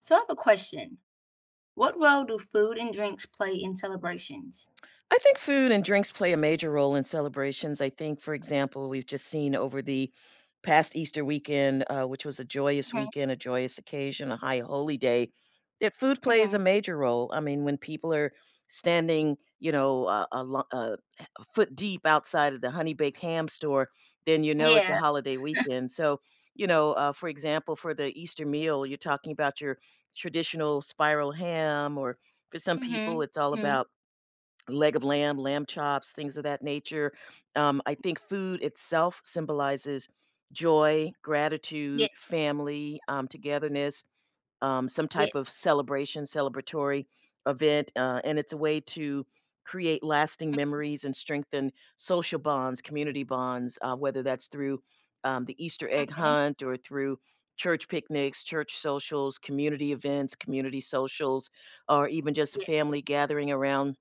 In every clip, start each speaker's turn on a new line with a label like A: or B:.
A: So I have a question. What role do food and drinks play in celebrations?
B: I think food and drinks play a major role in celebrations. I think, for example, we've just seen over the past Easter weekend, which was a joyous
A: Mhm,
B: weekend, a joyous occasion, a high holy day, that food plays a
A: mhm.
B: major role. I mean, when people are standing a foot deep outside of the Honey Baked Ham store, then you know it's a
A: Yeah.
B: holiday weekend. So, for example, for the Easter meal, you're talking about your traditional spiral ham, or for some people,
A: Mhm,
B: it's all
A: mhm.
B: about leg of lamb, lamb chops, things of that nature. I
A: Yes,
B: think food itself symbolizes joy, gratitude,
A: yes,
B: family, togetherness, some
A: yes.
B: type of celebration, celebratory event. And it's a way to create lasting memories and strengthen social bonds, community bonds, whether that's through the Easter egg
A: Mhm,
B: hunt or through church picnics, church socials, community events, community socials, or even just a
A: yes,
B: family gathering around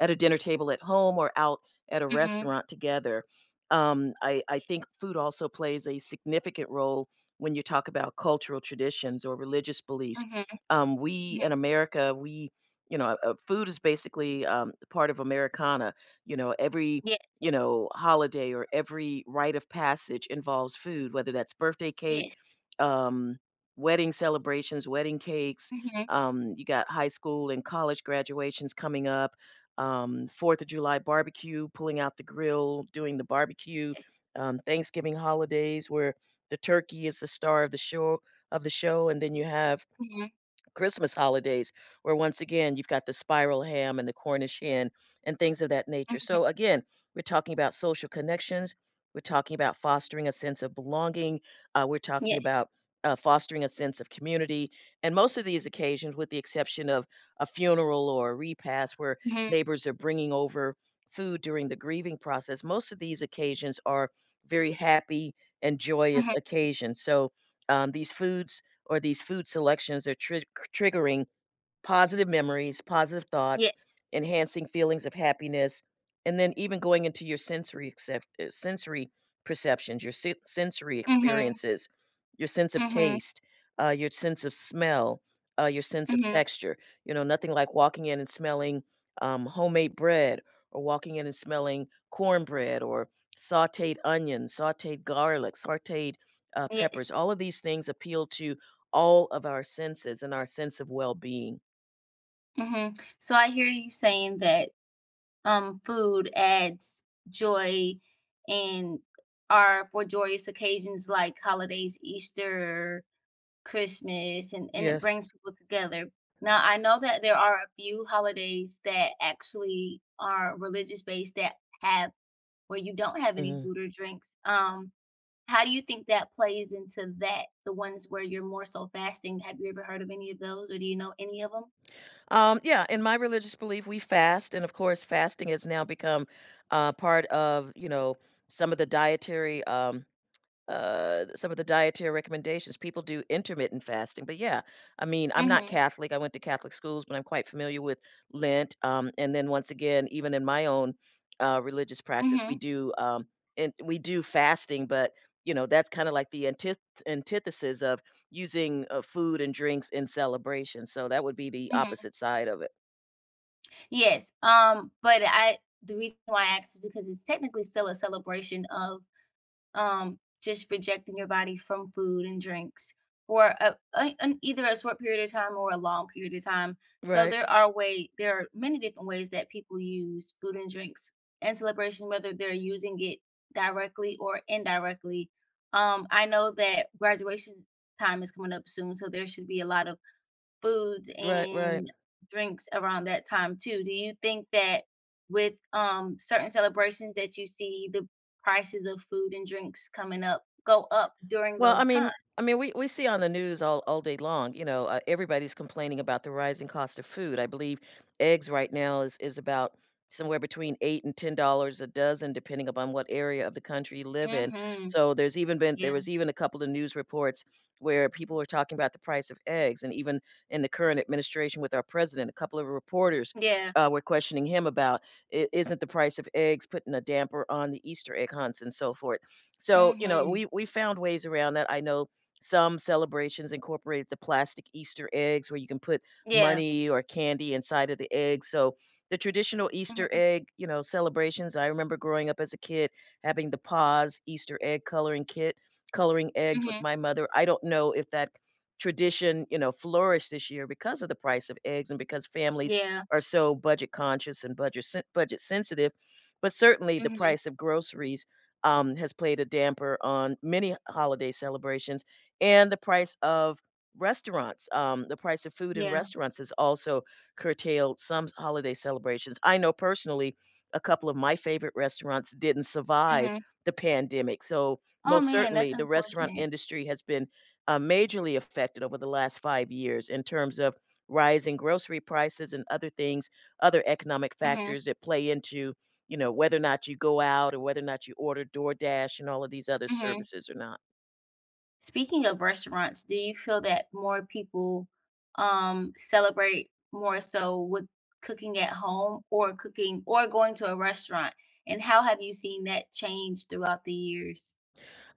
B: at a dinner table at home or out at a
A: mhm,
B: restaurant together. I think
A: yes.
B: food also plays a significant role when you talk about cultural traditions or religious beliefs.
A: Mhm,
B: We in
A: mhm.
B: America, food is basically part of Americana. You know, every
A: Yes,
B: you know holiday or every rite of passage involves food, whether that's birthday cake,
A: yes.
B: um, wedding celebrations, wedding cakes.
A: Mhm,
B: You got high school and college graduations coming up, Fourth of July barbecue, pulling out the grill, doing the barbecue,
A: yes.
B: Thanksgiving holidays where the turkey is the star of the show, and then you have
A: Mhm,
B: Christmas holidays, where once again you've got the spiral ham and the Cornish hen and things of that nature.
A: mhm.
B: So again, we're talking about social connections. We're talking about fostering a sense of belonging. Uh, we're talking
A: Yes.
B: about uh, fostering a sense of community. And most of these occasions, with the exception of a funeral or a repast where
A: Mhm,
B: neighbors are bringing over food during the grieving process, most of these occasions are very happy and joyous
A: mhm.
B: occasions. So these foods or these food selections are triggering positive memories, positive thoughts,
A: Yes.
B: enhancing feelings of happiness, and then even going into your sensory perceptions, your sensory
A: Mhm,
B: experiences, your sense of
A: mhm,
B: taste, your sense of smell, your sense of
A: mhm.
B: texture. You know, nothing like walking in and smelling, homemade bread or walking in and smelling cornbread or sautéed onions, sautéed garlic, sautéed, peppers. All
A: Yes.
B: of these things appeal to all of our senses and our sense of well-being.
A: Mhm. So I hear you saying that food adds joy and are for joyous occasions like holidays, Easter, Christmas, and it
B: Yes.
A: brings people together. Now, I know that there are a few holidays that actually are religious based that have where you don't have any
B: Mhm.
A: food or drinks. How do you think that plays into that? The ones where you're more so fasting. Have you ever heard of any of those, or do you know any of them?
B: Yeah, in my religious belief, we fast, and of course, fasting has now become part of, some of the dietary some of the dietary recommendations. People do intermittent fasting. But yeah, I mean, I'm not
A: Mm-hmm.
B: Catholic. I went to Catholic schools, but I'm quite familiar with Lent. And then once again, even in my own religious practice,
A: Mm-hmm.
B: we do fasting. But you know, that's kind of like the antithesis of using food and drinks in celebration, so that would be the opposite side of it.
A: Yes, but I the reason why I asked is because it's technically still a celebration of, just rejecting your body from food and drinks for a an either a short period of time or a long period of time. So
B: Right,
A: there are many different ways that people use food and drinks and celebration, whether they're using it directly or indirectly. I know that graduation time is coming up soon, so there should be a lot of foods
B: right, right.
A: and drinks around that time too. Do you think that with certain celebrations that you see the prices of food and drinks coming up go up during
B: Well, I
A: those
B: mean
A: times?
B: I mean, we we see on the news all day long, everybody's complaining about the rising cost of food. I believe eggs right now is about somewhere between 8 and $10 a dozen, depending upon what area of the country you live in.
A: Mm-hmm.
B: So there
A: Yeah.
B: was even a couple of news reports where people were talking about the price of eggs, and even in the current administration with our president, a couple of reporters
A: Yeah.
B: were questioning him about, isn't the price of eggs putting a damper on the Easter egg hunts and so forth? So, you know,
A: Mm-hmm.
B: we found ways around that. I know some celebrations incorporated the plastic Easter eggs where you can put
A: Yeah.
B: money or candy inside of the egg. So the traditional Easter
A: Mm-hmm.
B: egg, you know, celebrations. I remember growing up as a kid, having the Paws Easter egg coloring kit, coloring eggs with
A: Mm-hmm.
B: my mother. I don't know if that tradition, you know, flourished this year, because of the price of eggs and because families
A: Yeah.
B: are so budget conscious and budget sensitive. But certainly the
A: Mm-hmm.
B: price of groceries, has played a damper on many holiday celebrations. And the price of restaurants, the price of food in
A: Yeah.
B: restaurants has also curtailed some holiday celebrations. I know personally a couple of my favorite restaurants didn't survive
A: Mm-hmm.
B: the pandemic. So,
A: Oh
B: most
A: man,
B: certainly,
A: that's
B: the restaurant
A: unfortunate.
B: industry has been majorly affected over the last 5 years in terms of rising grocery prices and other things, other economic
A: Mm-hmm.
B: factors that play into, you know, whether or not you go out or whether or not you order DoorDash and all of these other
A: Mm-hmm.
B: services or not.
A: Speaking of restaurants, do you feel that more people, celebrate more so with cooking at home or cooking or going to a restaurant? And how have you seen that change throughout the years?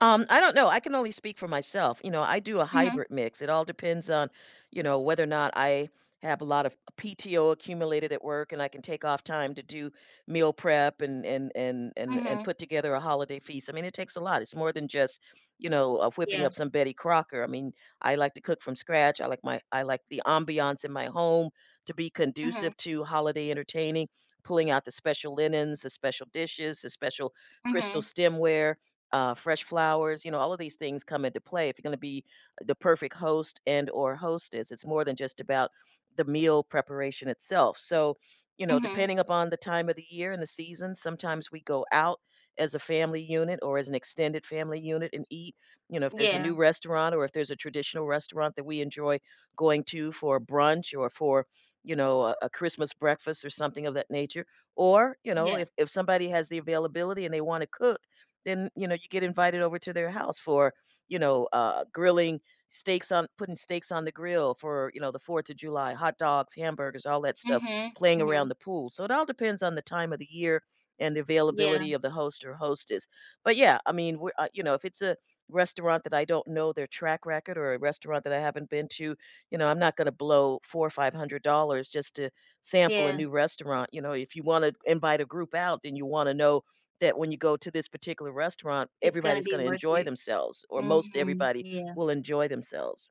B: I don't know. I can only speak for myself. You know, I do a
A: Mhm,
B: hybrid mix. It all depends on, you know, whether or not I have a lot of PTO accumulated at work and I can take off time to do meal prep and
A: mhm,
B: put together a holiday feast. I mean, it takes a lot. It's more than just, whipping
A: yeah,
B: up some Betty Crocker. I mean, I like to cook from scratch. I like the ambiance in my home to be
A: mhm,
B: conducive to holiday entertaining, pulling out the special linens, the special dishes, the special crystal
A: mhm,
B: stemware, fresh flowers. You know, all of these things come into play. If you're going to be the perfect host and or hostess, it's more than just about the meal preparation itself. So, you know,
A: mhm,
B: depending upon the time of the year and the season, sometimes we go out as a family unit or as an extended family unit and eat. You know, if there's a
A: yeah,
B: new restaurant or if there's a traditional restaurant that we enjoy going to for brunch or for, you know a Christmas breakfast or something of that nature, or you know,
A: yeah,
B: if somebody has the availability and they want to cook, then, you know, you get invited over to their house for, grilling steaks on putting steaks on the grill for, you know, the 4th of July, hot dogs, hamburgers, all that stuff,
A: mhm,
B: playing around the
A: mhm,
B: pool. So it all depends on the time of the year and the
A: yeah,
B: availability of the host or hostess. But yeah, I mean, we're, you know, if it's a restaurant that I don't know their track record or a restaurant that I haven't been to, you know, I'm not going to blow four or five hundred dollars just to sample a
A: yeah,
B: new restaurant. You know, if you want to invite a group out, then you want to know that when you go to this particular restaurant,
A: it's gonna
B: everybody's
A: be
B: gonna
A: worth
B: enjoy
A: it.
B: themselves, or most
A: Mhm,
B: everybody
A: yeah,
B: will enjoy themselves.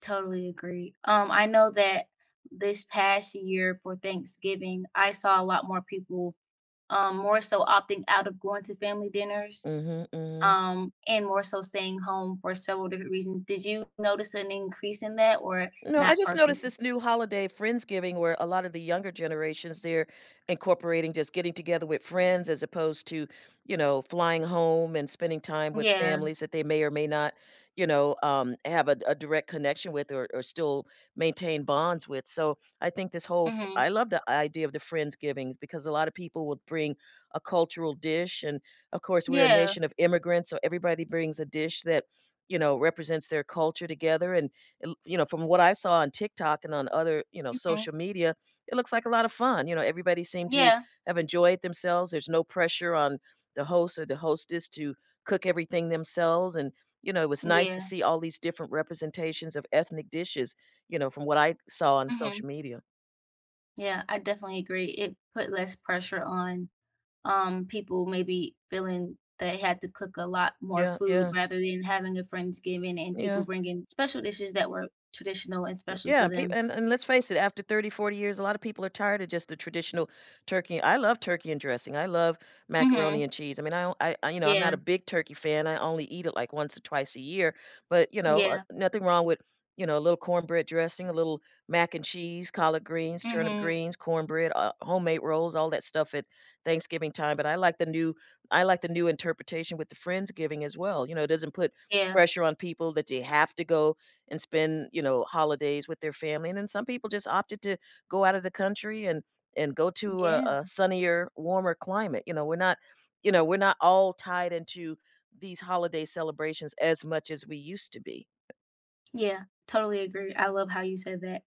A: totally agree. I know that this past year for Thanksgiving, I saw a lot more people more so opting out of going to family dinners
B: Mhm, mhm.
A: and more so staying home for several different reasons. Did you notice an increase in that or
B: No, I
A: not
B: just noticed
A: personally?
B: this new holiday, Friendsgiving, where a lot of the younger generations, they're incorporating just getting together with friends as opposed to, you know, flying home and spending time with
A: Yeah.
B: families that they may or may not, have a direct connection with, or still maintain bonds with. So I think this whole,
A: Mm-hmm.
B: I love the idea of the Friendsgivings, because a lot of people will bring a cultural dish. And of course, we're a
A: Yeah.
B: nation of immigrants, so everybody brings a dish that, you know, represents their culture together. And it l you know, from what I saw on TikTok and on other, you know,
A: Mm-hmm.
B: social media, it looks like a lot of fun. You know, everybody seemed to
A: Yeah.
B: have enjoyed themselves. There's no pressure on the host or the hostess to cook everything themselves, and, you know, it was nice to
A: Yeah.
B: see all these different representations of ethnic dishes, you know, from what I saw on
A: Mm-hmm.
B: social media.
A: Yeah. I definitely agree. It put less pressure on people maybe feeling they had to cook a lot more
B: Yeah,
A: food
B: yeah,
A: rather than having a Friendsgiving and people
B: yeah.
A: bringing special dishes that were traditional and special to
B: Yeah, peop
A: them.
B: and let's face it, after 30, 40 years, a lot of people are tired of just the traditional turkey. I love turkey and dressing. I love macaroni
A: Mm-hmm.
B: and cheese. I mean, I don't I, you know, I'm not a
A: Yeah.
B: big turkey fan. I only eat it, like, once or twice a year, but, you know,
A: Yeah.
B: nothing wrong with, you know, a little cornbread dressing, a little mac and cheese, collard greens, turnip
A: Mm-hmm.
B: greens, cornbread, homemade rolls, all that stuff at Thanksgiving time. But I like the new, I like the new interpretation with the Friendsgiving as well. You know, it doesn't put
A: Yeah.
B: pressure on people that they have to go and spend, you know, holidays with their family. And then some people just opted to go out of the country and go to a,
A: Yeah,
B: a sunnier, warmer climate. You know, we're not all tied into these holiday celebrations as much as we used to be.
A: yeah, totally agree. I love how you said that.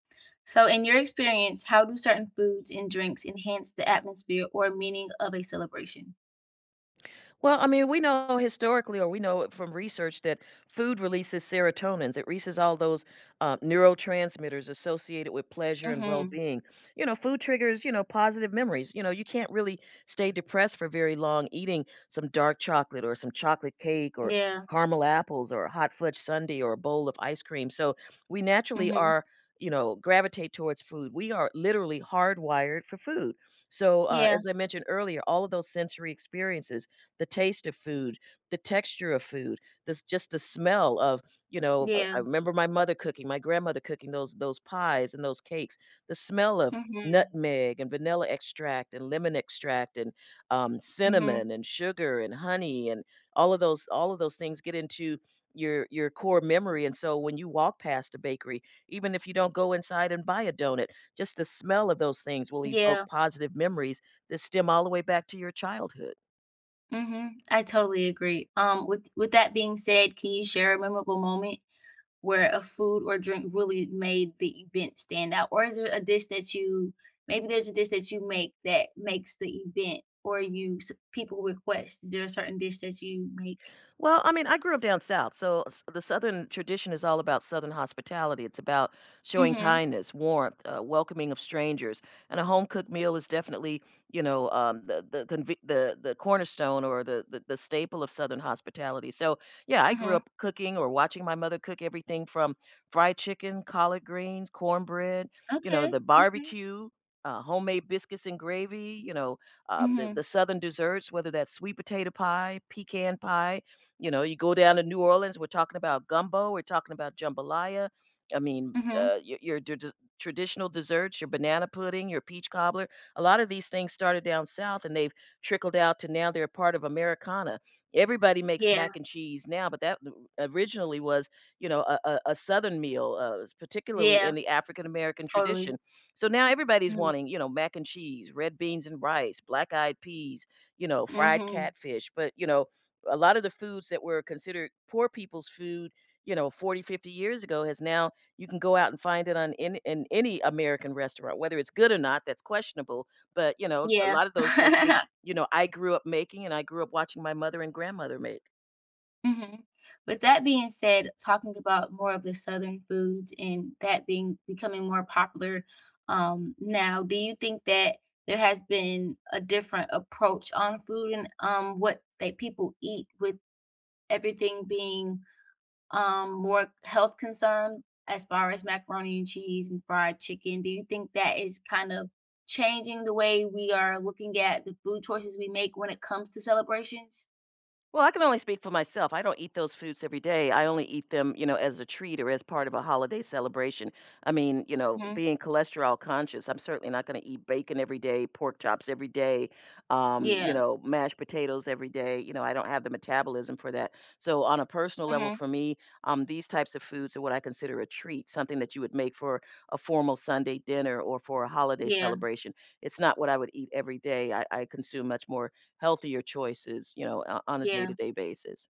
A: So, in your experience, how do certain foods and drinks enhance the atmosphere or meaning of a celebration?
B: Well, I mean, we know historically, or we know it from research, that food releases serotonins. It releases all those neurotransmitters associated with pleasure and well
A: Mhm.
B: being. Food triggers, positive memories. You know, you can't really stay depressed for very long eating some dark chocolate or some chocolate cake or
A: Yeah.
B: caramel apples or a hot fudge sundae or a bowl of ice cream. So we naturally
A: Mhm.
B: are. You know, gravitate towards food. We are literally hardwired for food. So,
A: Yeah.
B: as I mentioned earlier, all of those sensory experiences, the taste of food, the texture of food, this just the smell of,
A: Yeah.
B: I remember my mother cooking, my grandmother cooking those pies and those cakes, the smell of
A: Mhm.
B: nutmeg and vanilla extract and lemon extract and
A: Mhm.
B: cinnamon and sugar and honey and all of those things get into your core memory, and so when you walk past a bakery, even if you don't go inside and buy a donut, just the smell of those things will evoke
A: Yeah.
B: positive memories that stem all the way back to your childhood.
A: Mhm. I totally agree. With that being said, can you share a memorable moment where a food or drink really made the event stand out? Or is there a dish that you maybe there's a dish that you make that makes the event or you s- people request? Is there a certain dish that you make?
B: Well, I mean, I grew up down south, so the Southern tradition is all about Southern hospitality. It's about showing
A: Mhm.
B: kindness, warmth, welcoming of strangers, and a home cooked meal is definitely, the cornerstone, or the staple of Southern hospitality. So, yeah, I grew
A: Mhm.
B: up cooking or watching my mother cook everything from fried chicken, collard greens, cornbread, you know,
A: Okay.
B: the
A: Okay.
B: barbecue. Homemade biscuits and gravy, you know, the,
A: Mhm.
B: the southern desserts, whether that's sweet potato pie, pecan pie. You know, you go down to New Orleans, we're talking about gumbo, we're talking about jambalaya. I mean,
A: Mhm.
B: traditional desserts, your banana pudding, your peach cobbler. A lot of these things started down south, and they've trickled out to now they're a part of Americana. Everybody makes
A: Yeah.
B: mac and cheese now, but originally was, you know, a Southern meal, particularly in
A: Yeah.
B: the African American
A: Totally.
B: tradition. So now everybody's
A: Mhm.
B: wanting, you know, mac and cheese, red beans and rice, black eyed peas, you know, fried
A: Mhm.
B: catfish. But, you know, a lot of the foods that were considered poor people's food, you know, 40, 50 years ago, has now you can go out and find it on in any American restaurant, whether it's good or not, that's questionable. But, you know, a
A: Yeah.
B: lot of those dishes, you know, I grew up making, and I grew up watching my mother and grandmother make.
A: hmm With that being said, talking about more of the Southern foods and that being becoming more popular now, do you think that there has been a different approach on food and what that people eat with everything being more health concerned as far as macaroni and cheese and fried chicken? Do you think that is kind of changing the way we are looking at the food choices we make when it comes to celebrations?
B: Well, I can only speak for myself. I don't eat those foods every day. I only eat them, you know, as a treat or as part of a holiday celebration. I mean, you know,
A: Hmm.
B: being cholesterol conscious, I'm certainly not going to eat bacon every day, pork chops every day, you
A: Yeah.
B: know, mashed potatoes every day. You know, I don't have the metabolism for that. So, on a personal level,
A: Hmm.
B: for me, these types of foods are what I consider a treat, something that you would make for a formal Sunday dinner or for a holiday
A: Yeah.
B: celebration. It's not what I would eat every day. I consume much more healthier choices, you know, o on a
A: Yeah,
B: day-to-day basis.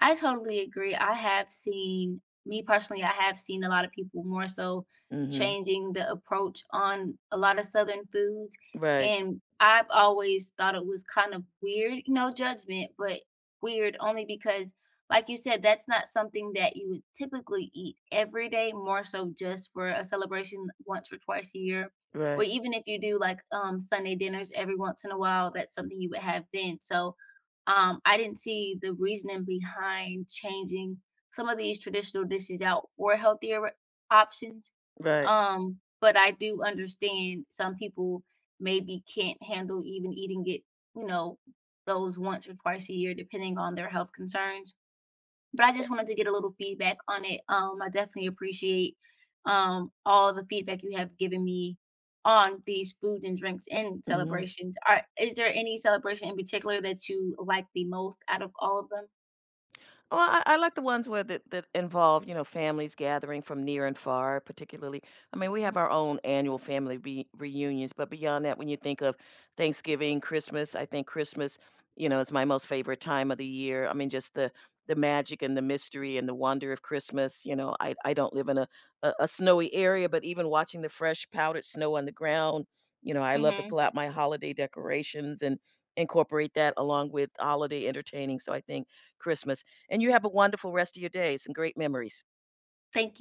A: I totally agree. I have seen I have seen a lot of people more so
B: Mhm.
A: changing the approach on a lot of Southern foods,
B: Right,
A: and I've always thought it was kind of weird, no judgment, but weird only because, like you said, that's not something that you would typically eat every day, more so just for a celebration once or twice a year. Or
B: right,
A: even if you do like Sunday dinners every once in a while, that's something you would have then. So, I didn't see the reasoning behind changing some of these traditional dishes out for healthier options.
B: right.
A: But I do understand some people maybe can't handle even eating it, you know, those once or twice a year, depending on their health concerns but I
B: Eh.
A: just wanted to get a little feedback on it. I definitely appreciate all the feedback you have given me on these foods and drinks and
B: Mhm.
A: celebrations. Are Is there any celebration in particular that you like the most out of all of them?
B: Well, I like the ones where that, that involve, you know, families gathering from near and far, particularly. I mean, we have
A: Hmm.
B: our own annual reunions, but beyond that, when you think of Thanksgiving, Christmas, I think Christmas, you know, is my most favorite time of the year. I mean, just the magic and the mystery and the wonder of Christmas. You know, I don't live in a, a snowy area, but even watching the fresh powdered snow on the ground, you know, I love to
A: Hmm.
B: pull out my holiday decorations and incorporate that along with holiday entertaining. So I think Christmas. And you have a wonderful rest of your day, some great memories.
A: Thank you.